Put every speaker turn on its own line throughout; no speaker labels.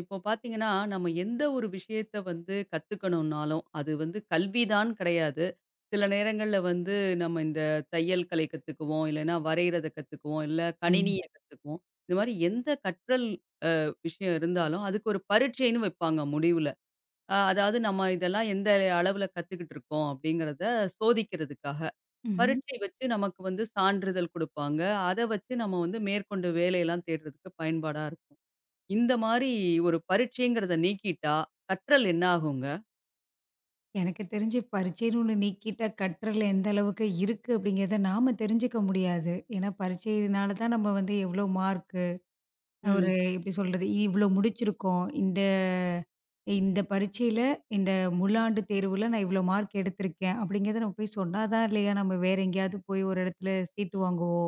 இப்போ பார்த்தீங்கன்னா, நம்ம எந்த ஒரு விஷயத்த வந்து கத்துக்கணும்னாலும், அது வந்து கல்விதான் கிடையாது. சில நேரங்கள்ல வந்து நம்ம இந்த தையல் கலை கத்துக்குவோம், இல்லைன்னா வரையறத கத்துக்குவோம், இல்ல
ம்.
கணினிய கத்துக்குவோம். இந்த மாரி எந்த கற்றல் விஷயம் இருந்தாலும், அதுக்கு ஒரு பரீட்சைன்னு வைப்பாங்க முடிவுல. அதாவது நம்ம இதெல்லாம் எந்த அளவுல கத்துக்கிட்டு இருக்கோம் அப்படிங்கிறத சோதிக்கிறதுக்காக.
ம்ஹ்ம்.
பரீட்சை வச்சு நமக்கு வந்து சான்றிதழ் குடுப்பாங்க. அத வச்சு நம்ம வந்து மேற்கொண்டு வேலையெல்லாம் தேடுறதுக்கு பயன்பாடா இருக்கும். இந்த மாரி ஒரு பரீட்சைங்கிறத நீக்கிட்டா, கற்றல் என்ன ஆகுங்க?
எனக்கு தெரிஞ்சு பரீட்சைன்னு ஒண்ணு நீக்கிட்டா, கற்றல் எந்த அளவுக்கு இருக்கு அப்படிங்கிறத நாம தெரிஞ்சுக்க முடியாது. ஏன்னா பரீட்சையினால தான் நம்ம வந்து எவ்வளோ மார்க்கு, ஒரு
ம்.
எப்படி சொல்றது? இவ்வளோ முடிச்சிருக்கோம். இந்த இந்த பரீட்சையில, இந்த முழாண்டு தேர்வுல நான் இவ்வளோ மார்க் எடுத்திருக்கேன். அப்படிங்கிறத நம்ம போய் சொன்னா தான் இல்லையா, நம்ம வேற எங்கேயாவது போய் ஒரு இடத்துல சீட்டு வாங்கவோ,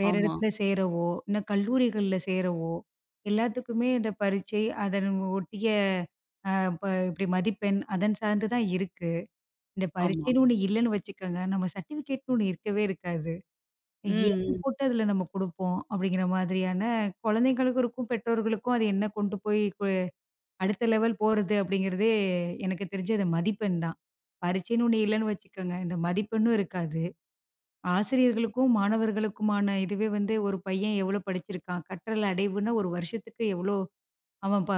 வேற
ஆமா,
இடத்துல சேரவோ, இன்னும் கல்லூரிகள்ல சேரவோ, எல்லாத்துக்குமே இந்த பரீட்சை, அதன் ஒட்டிய இப்ப இப்படி மதிப்பெண் அதன் சார்ந்து தான் இருக்கு. இந்த
ஆமா.
பரீட்சைன்னு ஒண்ணு இல்லன்னு வச்சுக்கங்க, நம்ம சர்டிஃபிகேட்ன்னு ஒண்ணு இருக்கவே இருக்காது.
ம்,
எது
ம்.
போட்டு அதுல நம்ம குடுப்போம் அப்படிங்கிற மாதிரியான குழந்தைங்களுக்கும் இருக்கும், பெற்றோர்களுக்கும் அது என்ன கொண்டு போய் அடுத்த லெவல் போறது அப்படிங்கிறதே எனக்கு தெரிஞ்சு அது மதிப்பெண் தான். பரீட்சைன்னு ஒண்ணு இல்லன்னு வச்சுக்கங்க, இந்த மதிப்பெண்ணும் இருக்காது. ஆசிரியர்களுக்கும், மாணவர்களுக்குமான இதுவே வந்து ஒரு பையன் எவ்வளோ படிச்சிருக்கான், கற்றல் அடைவுன்னா ஒரு வருஷத்துக்கு எவ்வளோ அவன் ப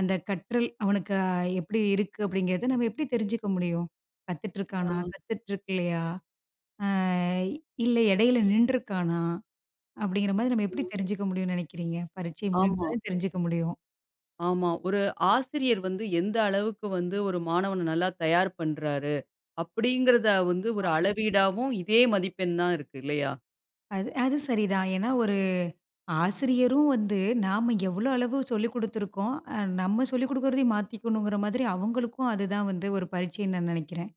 அந்த கற்றல் அவனுக்கு எப்படி இருக்கு அப்படிங்கிறத நம்ம எப்படி தெரிஞ்சுக்க முடியும்?
ஆ,
கத்துட்டுருக்கானா? கத்துட்டுருக்கலையா? அ இல்ல இடையில நின்றுருக்கானா? அப்படிங்கிற மாதிரி நம்ம எப்படி
ம்.
தெரிஞ்சுக்க முடியும்னு நினைக்கிறீங்க? பரீட்சை மூலியமா
ஆமா,
தான் தெரிஞ்சுக்க முடியும்.
ஆமா. ஒரு ஆசிரியர் வந்து எந்த அளவுக்கு வந்து ஒரு மாணவன நல்லா தயார் பண்றாரு, அப்படிங்கிறத வந்து ஒரு அளவீடாவும் இதே மதிப்பெண் தான் இருக்கு இல்லையா?
அது அது சரிதான். ஏன்னா ஒரு ஆசிரியரும் வந்து நாம எவ்வளோ அளவு சொல்லிக் குடுத்துருக்கோம், நம்ம சொல்லிக் குடுக்குறதையும் மாத்திக்கணுங்கிற மாதிரி அவங்களுக்கும் அதுதான் வந்து ஒரு பரீட்சைன்னு நான் நினைக்கிறேன்.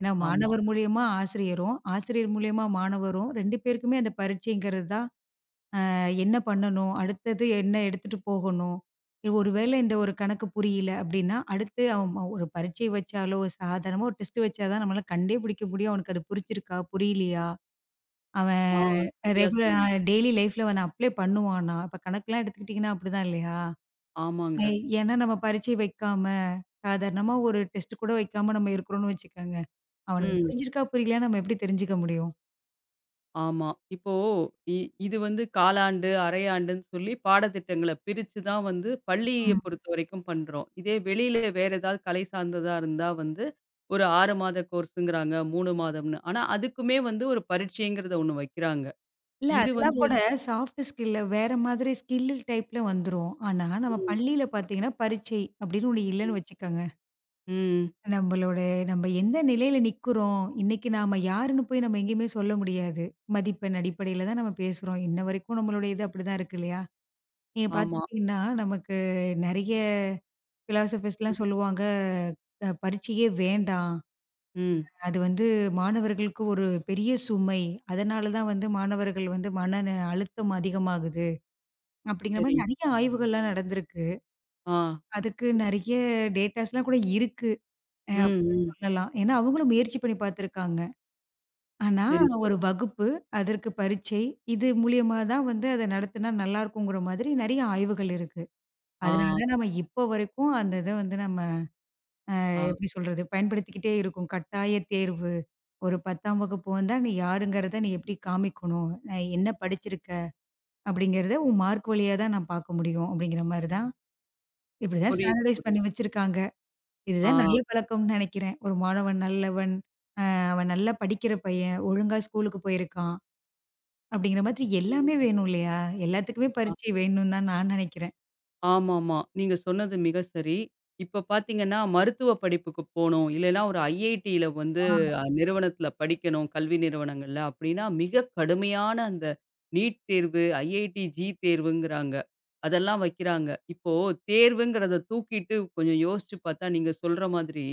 ஏன்னா
ஆமா.
மாணவர் மூலியமா ஆசிரியரும், ஆசிரியர் மூலியமா மாணவரும் 2 பேருக்குமே அந்த பரீட்சைங்கிறது தான் என்ன பண்ணணும்? அடுத்தது என்ன எடுத்துட்டு போகணும்? ஒருவேளை இந்த ஒரு கணக்கு புரியல அப்படின்னா, அடுத்து அவன் ஒரு பரீட்சை வச்சாலோ, ஒரு சாதாரணமா ஒரு டெஸ்ட் வச்சா தான் நம்மளால கண்டே பிடிக்க முடியும். அவனுக்கு அது புரிஞ்சிருக்கா? புரியலையா? அவன்
ஆ, சரியா
ரெகுலர்
சொன்னீங்க.
டெய்லி லைஃப்ல அவன் அப்ளை பண்ணுவானா? இப்ப கணக்கெல்லாம் எடுத்துக்கிட்டீங்கன்னா அப்படிதான் இல்லையா? அ
ஆமாங்க.
ஏன்னா நம்ம பரீட்சை வைக்காம, சாதாரணமா ஒரு டெஸ்ட் கூட வைக்காம நம்ம இருக்கிறோம்னு வச்சுக்கோங்க. அவனுக்கு
ம்.
புரிஞ்சிருக்கா? புரியலையான்னு நம்ம எப்படி தெரிஞ்சுக்க முடியும்?
ஆமா. இப்போ இ இது வந்து காலாண்டு, அரையாண்டுன்னு சொல்லி பாடத்திட்டங்கள பிரிச்சு தான் வந்து பள்ளிய பொறுத்தவரைக்கும் பண்றோம். இதே வெளியில வேற ஏதாவது கலை சார்ந்ததா இருந்தா வந்து ஒரு 6 மாத கோர்ஸுங்கிறாங்க, 3 மாதம்னு. ஆனா அதுக்குமே வந்து ஒரு பரீட்சைங்கிறத ஒண்ணு வைக்கிறாங்க.
இல்ல
இது
அதெல்லாம்
வந்து
கூட சாஃப்ட் ஸ்கில்ல வேற மாதிரி ஸ்கில் டைப்ல வந்துரும். ஆனா, நம்ம
ம்,
பள்ளியில பார்த்தீங்கன்னா, பரீட்சை அப்படின்னு ஒண்ணு
ம்.
இல்லன்னு வச்சுக்கோங்க.
ம்.
நம்மளோட நம்ம எந்த நிலையில நிக்கிறோம், இன்னைக்கு நாம யாருன்னு போய் நம்ம எங்கேயுமே சொல்ல முடியாது. மதிப்பெண் அடிப்படையில தான் நம்ம பேசுறோம். இன்ன வரைக்கும் நம்மளுடைய இது அப்படிதான் இருக்கு இல்லையா? நீங்க
ஆமா.
பார்த்துக்கிட்டீங்கன்னா, நமக்கு நெறைய
ம்,
பிலாசபர்ஸ்லாம் சொல்லுவாங்க, பரீட்சையே வேண்டாம்.
ம்.
அது வந்து மாணவர்களுக்கு ஒரு பெரிய சுமை. அதனால தான் வந்து மாணவர்கள் வந்து அழுத்தம் அதிகமாகுது. அப்படிங்கிற
சரி.
மாரி நெறைய ஆய்வுகள்லாம் நடந்திருக்கு.
ஆ.
அதுக்கு நெறைய டேட்டாஸ்லாம் கூட இருக்கு.
ம்,
அப்படின்னு
ம்.
சொல்லலாம். ஏன்னா, அவங்களும் முயற்சி பண்ணி பார்த்துருக்காங்க. ஆனா,
சரி,
ஒரு
சரி.
வகுப்பு, அதற்கு பரீட்சை, இது மூலியமா தான் வந்து அத நடத்துனா நல்லாருக்குங்கிற மாதிரி நெறைய ஆய்வுகள் இருக்கு.
ஆ,
அதனால தான் நம்ம இப்போ வரைக்கும் அந்த இத வந்து நம்ம
ஆ.
எப்படி சொல்றது? பயன்படுத்திக்கிட்டே இருக்கோம். கட்டாய தேர்வு. ஒரு 10ஆம் வகுப்பு வந்தா நீ யாருங்கிறத நீ எப்படி காமிக்கணும்? என்ன படிச்சிருக்க? அப்படிங்கிறத உன் மார்க் வழியா தான் நான் பார்க்க முடியும். அப்படிங்கிற மாரி தான் இப்படி தான்
புரியுது,
ஸ்டாண்டர்டைஸ் பண்ணி
புரியுது.
வச்சிருக்காங்க.
ஆ.
இதுதான் நல்ல பழக்கம்னு நினைக்கிறேன். ஒரு மாணவன் நல்லவன், அவன் நல்லா படிக்கிற பையன், ஒழுங்கா ஸ்கூலுக்கு போயிருக்கான், அப்படிங்கிற மாதிரி
ம்.
எல்லாமே வேணும் இல்லையா? எல்லாத்துக்குமே
ஆ.
பரீட்சை வேணும்னு தான் நான் நினைக்கிறேன்.
ஆமாமா. நீங்க சொன்னது மிக சரி. இப்ப பார்த்தீங்கன்னா, மருத்துவ படிப்புக்கு போணும். இல்லைன்னா ஒரு ஐஐடியில வந்து
ஆ.
நிறுவனத்தில படிக்கணும், கல்வி நிறுவனங்கள்ல அப்படின்னா, மிக கடுமையான அந்த நீட் தேர்வு, ஐஐடி, ஜீ தேர்வுங்கிறாங்க. அதெல்லாம் வைக்கிறாங்க. இப்போ தேர்வுங்கிறத தூக்கிட்டு கொஞ்சம் யோசிச்சு பார்த்தா, நீங்க சொல்ற மாதிரி,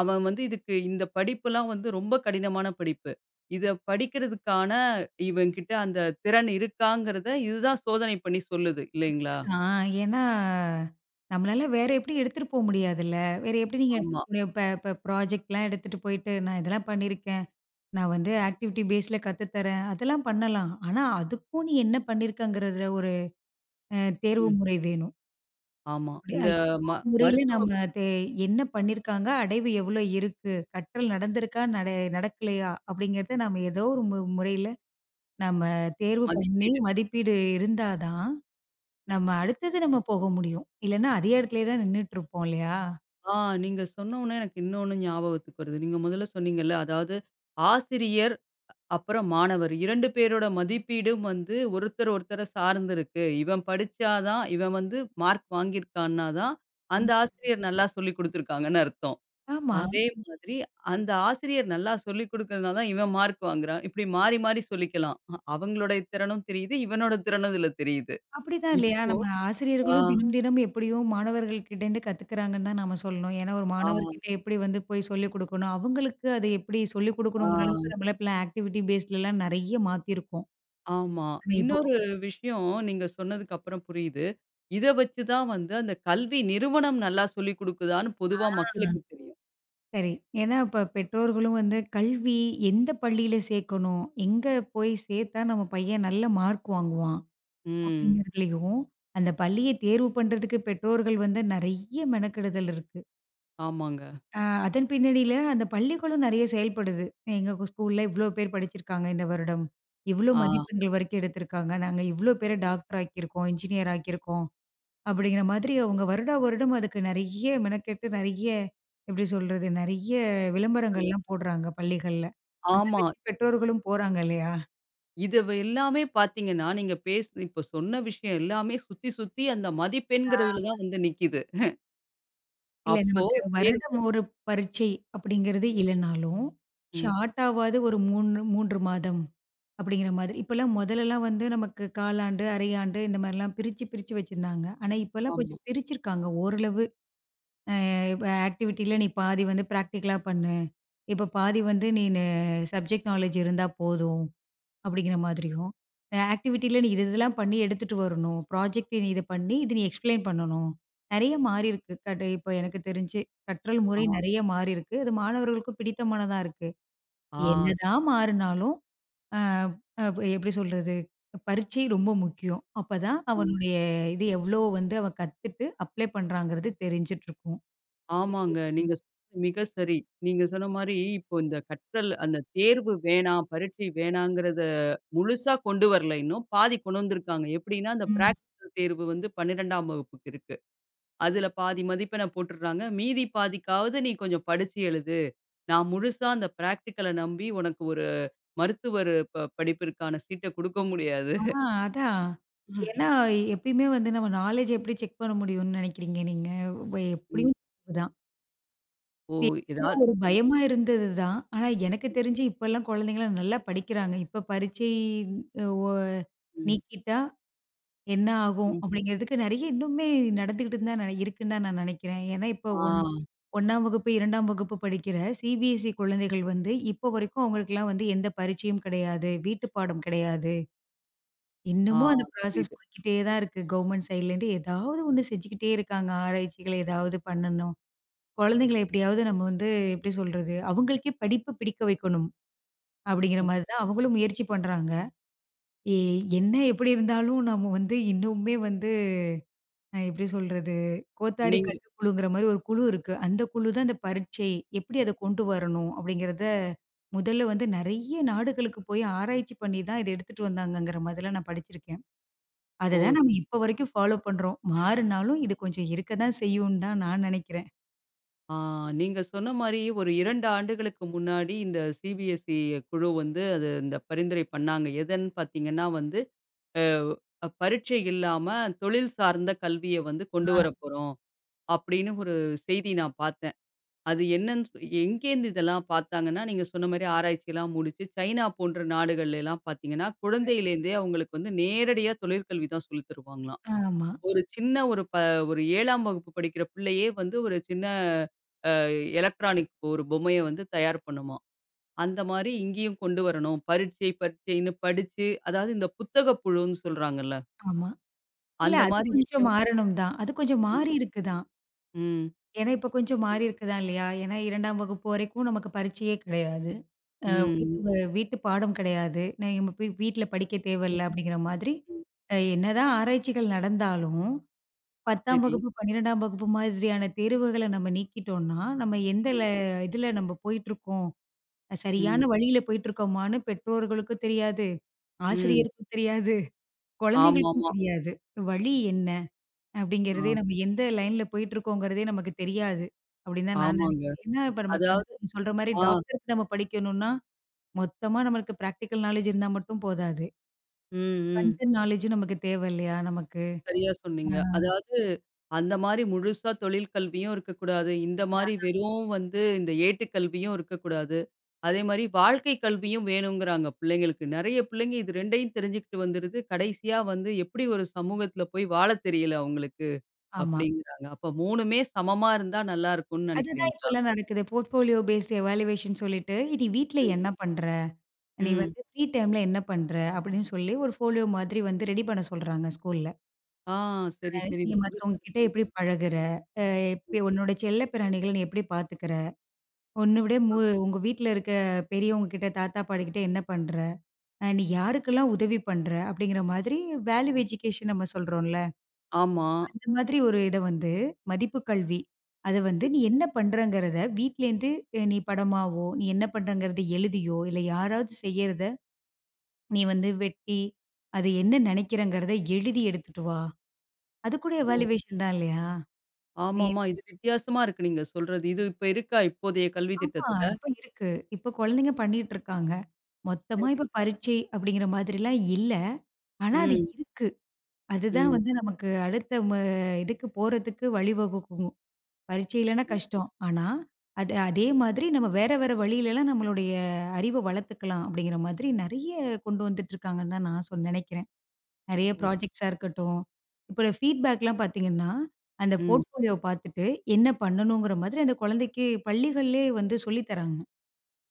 அவன் வந்து இதுக்கு இந்த படிப்புலாம் வந்து ரொம்ப கடினமான படிப்பு. இத படிக்கிறதுக்கான இவன்கிட்ட அந்த திறன் இருக்காங்கிறத, இதுதான் சோதனை பண்ணி சொல்லுது இல்லைங்களா?
ஆ ஏன்னா, நம்மளால வேற எப்படி எடுத்துட்டு போ முடியாதுல்ல. வேற எப்படி நீங்க எடுத்துட்டு
ஆமா.
போ முடியும்? இப்ப இப்ப ப்ராஜெக்ட்லாம் எடுத்துட்டு போயிட்டு, நான் இதெல்லாம் பண்ணியிருக்கேன். நான் வந்து ஆக்டிவிட்டி பேஸ்ல கத்து தரேன். அதெல்லாம் பண்ணலாம். ஆனா, அதுக்கும் நீ என்ன பண்ணியிருக்கங்கிறதுல ஒரு அ தேர்வு
ம்.
முறை வேணும்.
ஆமா.
அப்படியே
இந்த
ஏதோ
ம
ஒரு முறையில
மருத்துவ
நம்ம தே என்ன பண்ணியிருக்காங்க, அடைவு எவ்வளோ இருக்கு? கற்றல் நடந்திருக்கா? நடக்கலையா? அப்படிங்கிறத நம்ம ஏதோ ஒரு முறையில நம்ம தேர்வு பண்ணி
மதிப்பீடு.
மதிப்பீடு இருந்தா தான், நம்ம அடுத்தது நம்ம போக முடியும். இல்லன்னா அதே இடத்துலயே தான் நின்னுட்டுருப்போம் இல்லையா?
ஆ, நீங்க சொன்னோனே எனக்கு இன்னொன்னு ஞாபகத்துக்கு வருது. நீங்க முதல்ல சொன்னீங்கல்ல, அதாவது ஆசிரியர், அப்புறம் மாணவர் 2 பேரோட மதிப்பீடும் வந்து ஒருத்தர் ஒருத்தர சார்ந்து இருக்கு. இவன் படிச்சா தான், இவன் வந்து மார்க் வாங்கியிருக்கான்னா தான், அந்த
ம்.
ஆசிரியர் நல்லா சொல்லிக் குடுத்துருக்காங்கன்னு அர்த்தம்.
ஆமா.
அதே மாதிரி அந்த ஆசிரியர் நல்லா சொல்லிக் குடுக்கறனால தான் இவன் மார்க் வாங்குறான். இப்படி மாறி மாறி சொல்லிக்கலாம். அவங்களுடைய திறனும் தெரியுது, இவனோட திறனும் இதுல தெரியுது.
அப்படிதான்
இப்
இல்லையா? நம்ம
ஆ,
ஆசிரியர்களும் தினம் தினம் எப்படியும் மாணவர்கள்கிட்டேருந்து கத்துக்கிறாங்கன்னு தான் நாம சொல்லணும். ஏன்னா ஒரு
ஆ,
மாணவர்கிட்ட எப்படி வந்து போய் சொல்லிக் குடுக்கணும்? அவங்களுக்கு அது எப்படி சொல்லிக்
ஆ.
குடுக்கணுங்கிற அளவுக்கு நம்மலாம் இப்பலாம் ஆக்டிவிட்டி பேஸ்லலாம் நெறைய மாத்திருக்கோம்.
ஆமா.
நம்ம இப்ப
இன்னொரு விஷயம் நீங்க சொன்னதுக்கு அப்புறம் புரியுது. இத வச்சு தான் வந்து அந்த கல்வி நிறுவனம் நல்லா சொல்லிக் குடுக்குதான்னு பொதுவா மக்களுக்கு
ஆ.
தெரியும்.
சரி. ஏன்னா, இப்ப பெற்றோர்களும் வந்து கல்வி எந்த பள்ளியில சேர்க்கணும்? எங்க போய் சேர்த்தா நம்ம பையன் நல்ல மார்க் வாங்குவான்?
ம்.
அப்படிங்கிறதுலயும், அந்த பள்ளிய தேர்வு பண்றதுக்கு பெற்றோர்கள் வந்து நெறைய மெனக்கெடுதல் இருக்கு.
ஆமாங்க.
அ அதன் பின்னணியில அந்த பள்ளிகளும் நெறைய செயல்படுது. எங்க ஸ்கூல்ல இவ்ளோ பேர் படிச்சிருக்காங்க இந்த வருடம். இவ்ளோ
ஆ.
மதிப்பெண்கள் வரைக்கும் எடுத்திருக்காங்க. நாங்க இவ்ளோ பேர டாக்டர் ஆக்கியிருக்கோம், இன்ஜினியர் ஆக்கியிருக்கோம். அப்படிங்கிற மாதிரி அவங்க வருடா வருடம் அதுக்கு நெறைய மெனக்கெட்டு, நெறைய எப்படி சொல்றது? நெறைய விளம்பரங்கள்லாம் போடுறாங்க பள்ளிகள்ல. அத
ஆமா.
வச்சு பெற்றோர்களும் போறாங்க இல்லையா?
இது எல்லாமே பார்த்தீங்கன்னா, நீங்க இப்ப சொன்ன விஷயம் எல்லாமே சுத்தி, சுத்தி அந்த மதிப்பெண்கிறதுல
ஆ.
தான் வந்து நிக்கிது.
இல்ல
அப்போ
நமக்கு வருடம்
தேர்வு.
ஒரு பரீட்சை அப்படிங்கிறது இல்லனாலும்,
ம்.
ஷார்ட்டாவாவது ஒரு 3 மாதம் அப்படிங்கிற மாதிரி. இப்பலாம் முதல்லலாம் வந்து நமக்கு காலாண்டு, அரையாண்டு இந்த மாரிலாம் பிரிச்சு, பிரிச்சு வச்சிருந்தாங்க. ஆனா இப்பலாம்
ஆமா.
கொஞ்சம் பிரிச்சிருக்காங்க ஓரளவு. இப்ப ஆக்டிவிட்டில நீ பாதி வந்து பிராக்டிகலா பண்ணு. இப்ப பாதி வந்து சப்ஜெக்ட் நாலேட்ஜ் இருந்தா போதும். அப்படிங்கிற மாதிரியும், ஆக்டிவிட்டில நீ இது இதெல்லாம் பண்ணி எடுத்துட்டு வரணும். ப்ராஜெக்ட் நீ இத பண்ணி இது நீ எக்ஸ்ப்ளைன் பண்ணணும். நெறைய மாறியிருக்கு. இப்ப எனக்கு தெரிஞ்சு கற்றல்
ஆ.
முறை நெறைய மாறியிருக்கு. அது மாணவர்களுக்கும் பிடித்தமானதா இருக்கு.
ஆ, சரி.
என்னதான் மாறுனாலும், அ அ எப்படி சொல்றது? பரீட்சை ரொம்ப முக்கியம். அப்பதான்
ம்.
அவனுடைய இது எவ்வளோ வந்து அவன் கத்துட்டு அப்ளை பண்றாங்கிறது தெரிஞ்சுட்டு இருக்கும்.
ஆமாங்க.
தெரியும்.
நீங்க சொன்னது மிக சரி. நீங்க சொன்ன மாரி இப்போ இந்த கற்றல் அந்த தேர்வு வேணாம், பரீட்சை வேணாங்கிறத முழுசா கொண்டு வரல இன்னும். பாதி கொண்டு வந்திருக்காங்க. எப்படின்னா, அந்த
ம்.
பிராக்டிகல் தேர்வு வந்து 12ஆம் வகுப்புக்கு இருக்கு. அதுல பாதி மதிப்பெண்ண போட்டுடுறாங்க. மீதி பாதிக்காவது நீ கொஞ்சம் படிச்சு எழுது. நான் முழுசா அந்த பிராக்டிகல நம்பி உனக்கு ஒரு மருத்துவர் படிப்பிற்கான சீட்ட குடுக்க முடியாது.
ஆ அதான். ஏன்னா, எப்பயுமே வந்து நம்ம நாலேட்ஜ் எப்படி செக் பண்ண முடியும்னு நெனைக்கிறீங்க நீங்க?
ம்.
எப்படியும் தான்.
ஓ!
தேர்வு
ஏதாவது
ஒரு
ம்,
பயமா இருந்தது தான். ஆனா எனக்கு தெரிஞ்சு இப்பலாம் குழந்தைங்கலாம் நல்லா படிக்கிறாங்க. இப்ப பரீட்சை அ ஒ
ம்,
நீக்கிட்டா என்ன ஆகும்?
ம்.
அப்படிங்கிறதுக்கு நெறைய இன்னுமே நடந்துகிட்டு தான் இருக்குன்னு தான் நான் நெனைக்கிறேன். ஏன்னா இப்போ
ஆ,
1ஆம் வகுப்பு, 2ஆம் வகுப்பு படிக்கிற CBSE குழந்தைகள் வந்து இப்போ வரைக்கும் அவங்களுக்கெல்லாம் வந்து எந்த பரீட்சையும் கிடையாது. வீட்டு பாடம் கிடையாது.
ஆ,
இன்னமும் அந்த ப்ராசஸ்
புரியுது.
போய்க்கிட்டே தான் இருக்கு. கவர்மெண்ட் சைட்லேருந்து ஏதாவது ஒண்ணு செஞ்சுக்கிட்டே இருக்காங்க. ஆராய்ச்சிகள் ஏதாவது பண்ணணும். குழந்தைங்கள எப்படியாவது நம்ம வந்து எப்படி சொல்றது? அவங்களுக்கே படிப்பு பிடிக்க வைக்கணும். அப்படிங்கிற
ம்.
மாரி தான் அவங்களும் முயற்சி பண்றாங்க. எ என்ன எப்படி இருந்தாலும் நம்ம வந்து இன்னுமே வந்து எப்படி சொல்றது? கோத்தாரி
நீங்க.
கல்வி குழுங்கிற மாரி ஒரு குழு இருக்கு. அந்த குழு தான் இந்த பரீட்சை எப்படி அத கொண்டு வரணும்? அப்படிங்கிறத முதல்ல வந்து நெறைய நாடுகளுக்கு போய் ஆராய்ச்சி பண்ணி தான் இத எடுத்துட்டு வந்தாங்கங்கிற மாதிரிலாம் நான் படிச்சிருக்கேன்.
ஓ!
அததான் நம்ம இப்ப வரைக்கும் ஃபாலோ பண்றோம். மாறுனாலும் இது கொஞ்சம் இருக்க தான் செய்யும்ன்னு தான் நான் நெனைக்கிறேன்.
ஆ, நீங்க சொன்ன மாரி ஒரு 2 ஆண்டுகளுக்கு முன்னாடி இந்த சிபிஎஸ்இ குழு வந்து அது இந்த பரிந்துரை பண்ணாங்க. எதுன்னு பார்த்தீங்கன்னா வந்து பரீட்சை இல்லாம தொழில் சார்ந்த கல்விய வந்து கொண்டு
ஆ.
வரப்போறோம். அப்படின்னு ஒரு செய்தி நான் பார்த்தேன். அது என்னன்னு சொ எங்கேருந்து இதெல்லாம் பார்த்தாங்கன்னா, நீங்க சொன்ன மாரி ஆராய்ச்சிலாம் முடிச்சு சைனா போன்ற நாடுகள்லலாம் பார்த்தீங்கன்னா, குழந்தையிலேருந்தே அவங்களுக்கு வந்து நேரடியா தொழிற்கல்வி தான் சொல்லித் தருவாங்களாம்.
ஆமா,
ஒரு சின்ன ஒரு ப ஒரு 7ஆம் வகுப்பு படிக்கிற பிள்ளையே வந்து ஒரு சின்ன அ எலக்ட்ரானிக் ஒரு பொம்மைய வந்து தயார் பண்ணுமாம். அந்த மாரி இங்கேயும் கொண்டு வரணும். பரீட்சை பரீட்சைன்னு படிச்சு அதாவது இந்த புத்தக புழுன்னு சொல்றாங்கல்ல.
ஆமா. இல்ல
அந்த
அது
மாரி
கொஞ்சம்
விஷயம்.
மாறணும் தான். அது கொஞ்சம்
ம்.
மாறி இருக்கு தான்.
ம்.
ஏன்னா இப்ப கொஞ்சம் மாறி இருக்கு தான் இல்லையா? ஏன்னா 2ஆம் வகுப்பு வரைக்கும் நமக்கு பரீட்சையே கிடையாது. அ வீட்டு
ம்.
வ வீட்டு பாடம் கிடையாது. நான் நம்ம போய் வீட்ல படிக்க
ம்.
தேவையில்ல அப்படிங்கிற மாதிரி,
ம்.
என்னதான் ஆராய்ச்சிகள் நடந்தாலும் 10ஆம்
சரி.
வகுப்பு, 12ஆம் வகுப்பு மாதிரியான தேர்வுகள நம்ம நீக்கிட்டோம்னா, நம்ம எந்த இதுல நம்ம போயிட்டுருக்கோம்? சரியான
ம்.
வழியில போயிட்டுருக்கோமான்னு பெற்றோர்களுக்கும் தெரியாது,
ம்.
ஆசிரியருக்கும் தெரியாது, குழந்தைகளுக்கும்
ஆமாமா.
தெரியாது. வழி என்ன? அப்படிங்கிறதே
ஆ.
நம்ம எந்த லைன்ல போயிட்டுருக்கோங்கிறதே நமக்கு தெரியாது. அப்படின்னு தான் நான்
ஆமாங்க.
நினைக்கிறேன். ஏன்னா இப்ப நமக்கு
அதாவது.
நீங்க சொல்ற மாரி
ஆ.
டாக்டருக்கு நம்ம படிக்கணும்னா, மொத்தமா நம்மளுக்கு பிராக்டிகல் நாலேட்ஜ் இருந்தா மட்டும் போதாது.
ம். ம்.
கன்டென்ட் நாலேட்ஜும் நமக்கு தேவ இல்லையா? நமக்கு.
சரியா சொன்னீங்க.
ஆ
அதாவது அந்த மாரி முழுசா தொழில் கல்வியும் இருக்கக்கூடாது. இந்த மாரி
ஆ
வெறும் வந்து இந்த ஏட்டுக்கல்வியும் இருக்கக்கூடாது. அதே மாரி வாழ்க்கை கல்வியும் வேணுங்கிறாங்க பிள்ளைங்களுக்கு. நெறைய பிள்ளைங்க இது 2யும் தெரிஞ்சுக்கிட்டு வந்துருது. கடைசியா வந்து எப்படி ஒரு சமூகத்துல போய் வாழத் தெரியல அவங்களுக்கு
ஆமா.
அப்படிங்கிறாங்க. அப்ப 3மே சமமா இருந்தா நல்லா இருக்கும்னு
அதுதான்
நெனைக்கிறீங்களா?
இப்பல்லாம் நடக்குது. போர்ட்ஃபோலியோ பேஸ்ட் எவாலுவேஷன் சொல்லிட்டு, "நீ வீட்ல
ம்.
என்ன பண்ற?" நீ
ம்.
வந்து ஃப்ரீ டைம்ல என்ன பண்ற? அப்படின்னு சொல்லி ஒரு ஃபோலியோ மாதிரி வந்து ரெடி பண்ண சொல்றாங்க ஸ்கூல்ல.
ஆ.
அ
சரி, சரி.
நீ
இது புதுசா
மத்தவங்க கிட்ட
இருக்கே.
எப்படி பழகுற? இப்ப உன்னோட செல்ல பிராணிகள நீ எப்படி பாத்துக்கிற? உன்ன விட மு உங்க வீட்ல இருக்க பெரியவங்க கிட்ட, தாத்தா, பாட்டி கிட்ட என்ன பண்ற? நீ யாருக்கெல்லாம் உதவி பண்ற? அப்படிங்கிற மாதிரி வேல்யூ எஜுகேஷன் நம்ம சொல்றோம்ல.
ஆமா.
அந்த மாதிரி ஒரு இத வந்து மதிப்பு கல்வி. அத வந்து நீ என்ன பண்றங்கிறத வீட்லேருந்து நீ படமாவோ, நீ என்ன பண்றங்கிறத எழுதியோ, இல்ல யாராவது செய்யறத நீ வந்து வெட்டி, அது என்ன நினைக்கிறேங்கிறத எழுதி எடுத்துட்டு வா. அதுக்கூட
ஓ!
எவாலுவேஷன் தான் இல்லையா? நீ
ஆமாமா. இது வித்தியாசமா இருக்கு நீங்க சொல்றது. இது இப்ப இருக்கா இப்போதைய கல்வி
ஆமா.
திட்டத்துல?
இப்ப இருக்கு. இப்ப குழந்தைங்க பண்ணிட்டு இருக்காங்க.
சரி,
மொத்தமா
சரி.
இப்ப பரீட்சை அப்படிங்கிற மாதிரிலாம் இல்ல. ஆனா அது
ம்,
இருக்கு. அதுதான்
ம்.
வந்து நமக்கு அடுத்த இதுக்கு போறதுக்கு வழிவகுக்கும். பரீட்சை இல்லன்னா கஷ்டம். ஆனா, அது அதே மாதிரி நம்ம வேற வேற வழியிலலாம் நம்மளுடைய அறிவ வளர்த்துக்கலாம் அப்படிங்கிற மாதிரி நெறைய கொண்டு வந்துட்டு இருக்காங்கன்னு தான் நான் நெனைக்கிறேன். நெறைய
ஓ!
ப்ராஜெக்ட்ஸா இருக்கட்டும். இப்ப ஃபீட்பேக்லாம் பார்த்தீங்கன்னா, அந்த
ம்.
போர்ட்ஃபோலியோ பார்த்துட்டு என்ன பண்ணணுங்கிற மாதிரி அந்த குழந்தைக்கு பள்ளிகள்லயே வந்து சொல்லி தராங்க.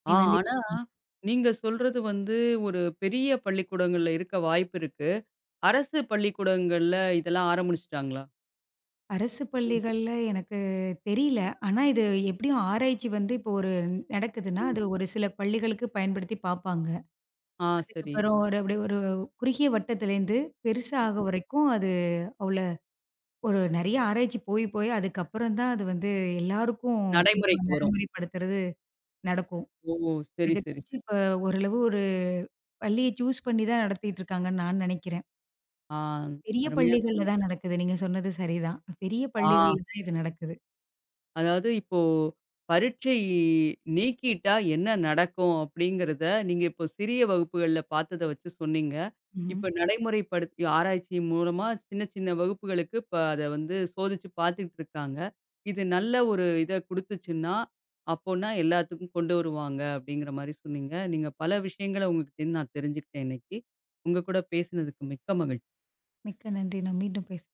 நீ
ஆ,
வந்து
ஆனா,
இப்படி பண்ணு.
நீங்க சொல்றது வந்து ஒரு பெரிய பள்ளிக்கூடங்கள்ல இருக்க வாய்ப்பு இருக்கு. அரசு பள்ளிக்கூடங்கள்ல இதெல்லாம் ஆரம்பிச்சுட்டாங்களா?
அரசு
ம்,
பள்ளிகள்ல எனக்கு தெரியல. ஆனா இது எப்படியும் ஆராய்ச்சி வந்து இப்போ ஒரு நடக்குதுன்னா,
ம்.
அது ஒரு சில பள்ளிகளுக்கு பயன்படுத்தி பார்ப்பாங்க.
ஆ, சரி.
அதுக்கப்புறம் ஒரு அப்படியே ஒரு குறுகிய வட்டத்துலேருந்து பெருசா ஆக
ம்.
வரைக்கும் அது அவ்ள ஒரு நெறைய ஆராய்ச்சி போய் போய் அதுக்கப்புறம் தான் அது வந்து எல்லாருக்கும் கொஞ்சம்
நடைமுறைக்கு வரும்.
நடைமுறைப்படுத்துறது நடக்கும்.
ஓ! சரி,
எனக்கு
சரி,
தெரிஞ்சு
சரி.
இப்ப ஓரளவு ஒரு பள்ளிய சூஸ் பண்ணி தான் நடத்திட்டு இருக்காங்கன்னு நான் நினைக்கிறேன்.
ஆ,
பெரிய
அருமையா
பள்ளிகள்ல
சொன்னீங்க.
தான் நடக்குது. நீங்க சொன்னது சரிதான். பெரிய
ஆ.
பள்ளிகள்ல தான் இது நடக்குது.
அதாவது இப்போ பரீட்சை நீக்கிட்டா என்ன நடக்கும்? அப்படிங்கிறத நீங்க இப்போ சிறிய வகுப்புகள்ல பார்த்தத வச்சு சொன்னீங்க.
ம்ஹ்ம்.
இப்ப நடைமுறைப்படுத்தி ஆராய்ச்சி மூலமா சின்ன சின்ன வகுப்புகளுக்கு இப்ப அத வந்து சோதிச்சு பார்த்துட்டு இருக்காங்க. இது நல்ல ஒரு இத குடுத்துச்சுன்னா, அப்போனா எல்லாத்துக்கும் கொண்டு வருவாங்க அப்படிங்கிற மாரி சொன்னீங்க. நீங்க பல விஷயங்கள உங்ககிட்டேருந்து நான் தெரிஞ்சுக்கிட்டேன் இன்னைக்கு. உங்க கூட பேசினதுக்கு மிக்க மகிழ்ச்சி.
மிக்க நன்றி. நான் மீண்டும் பேச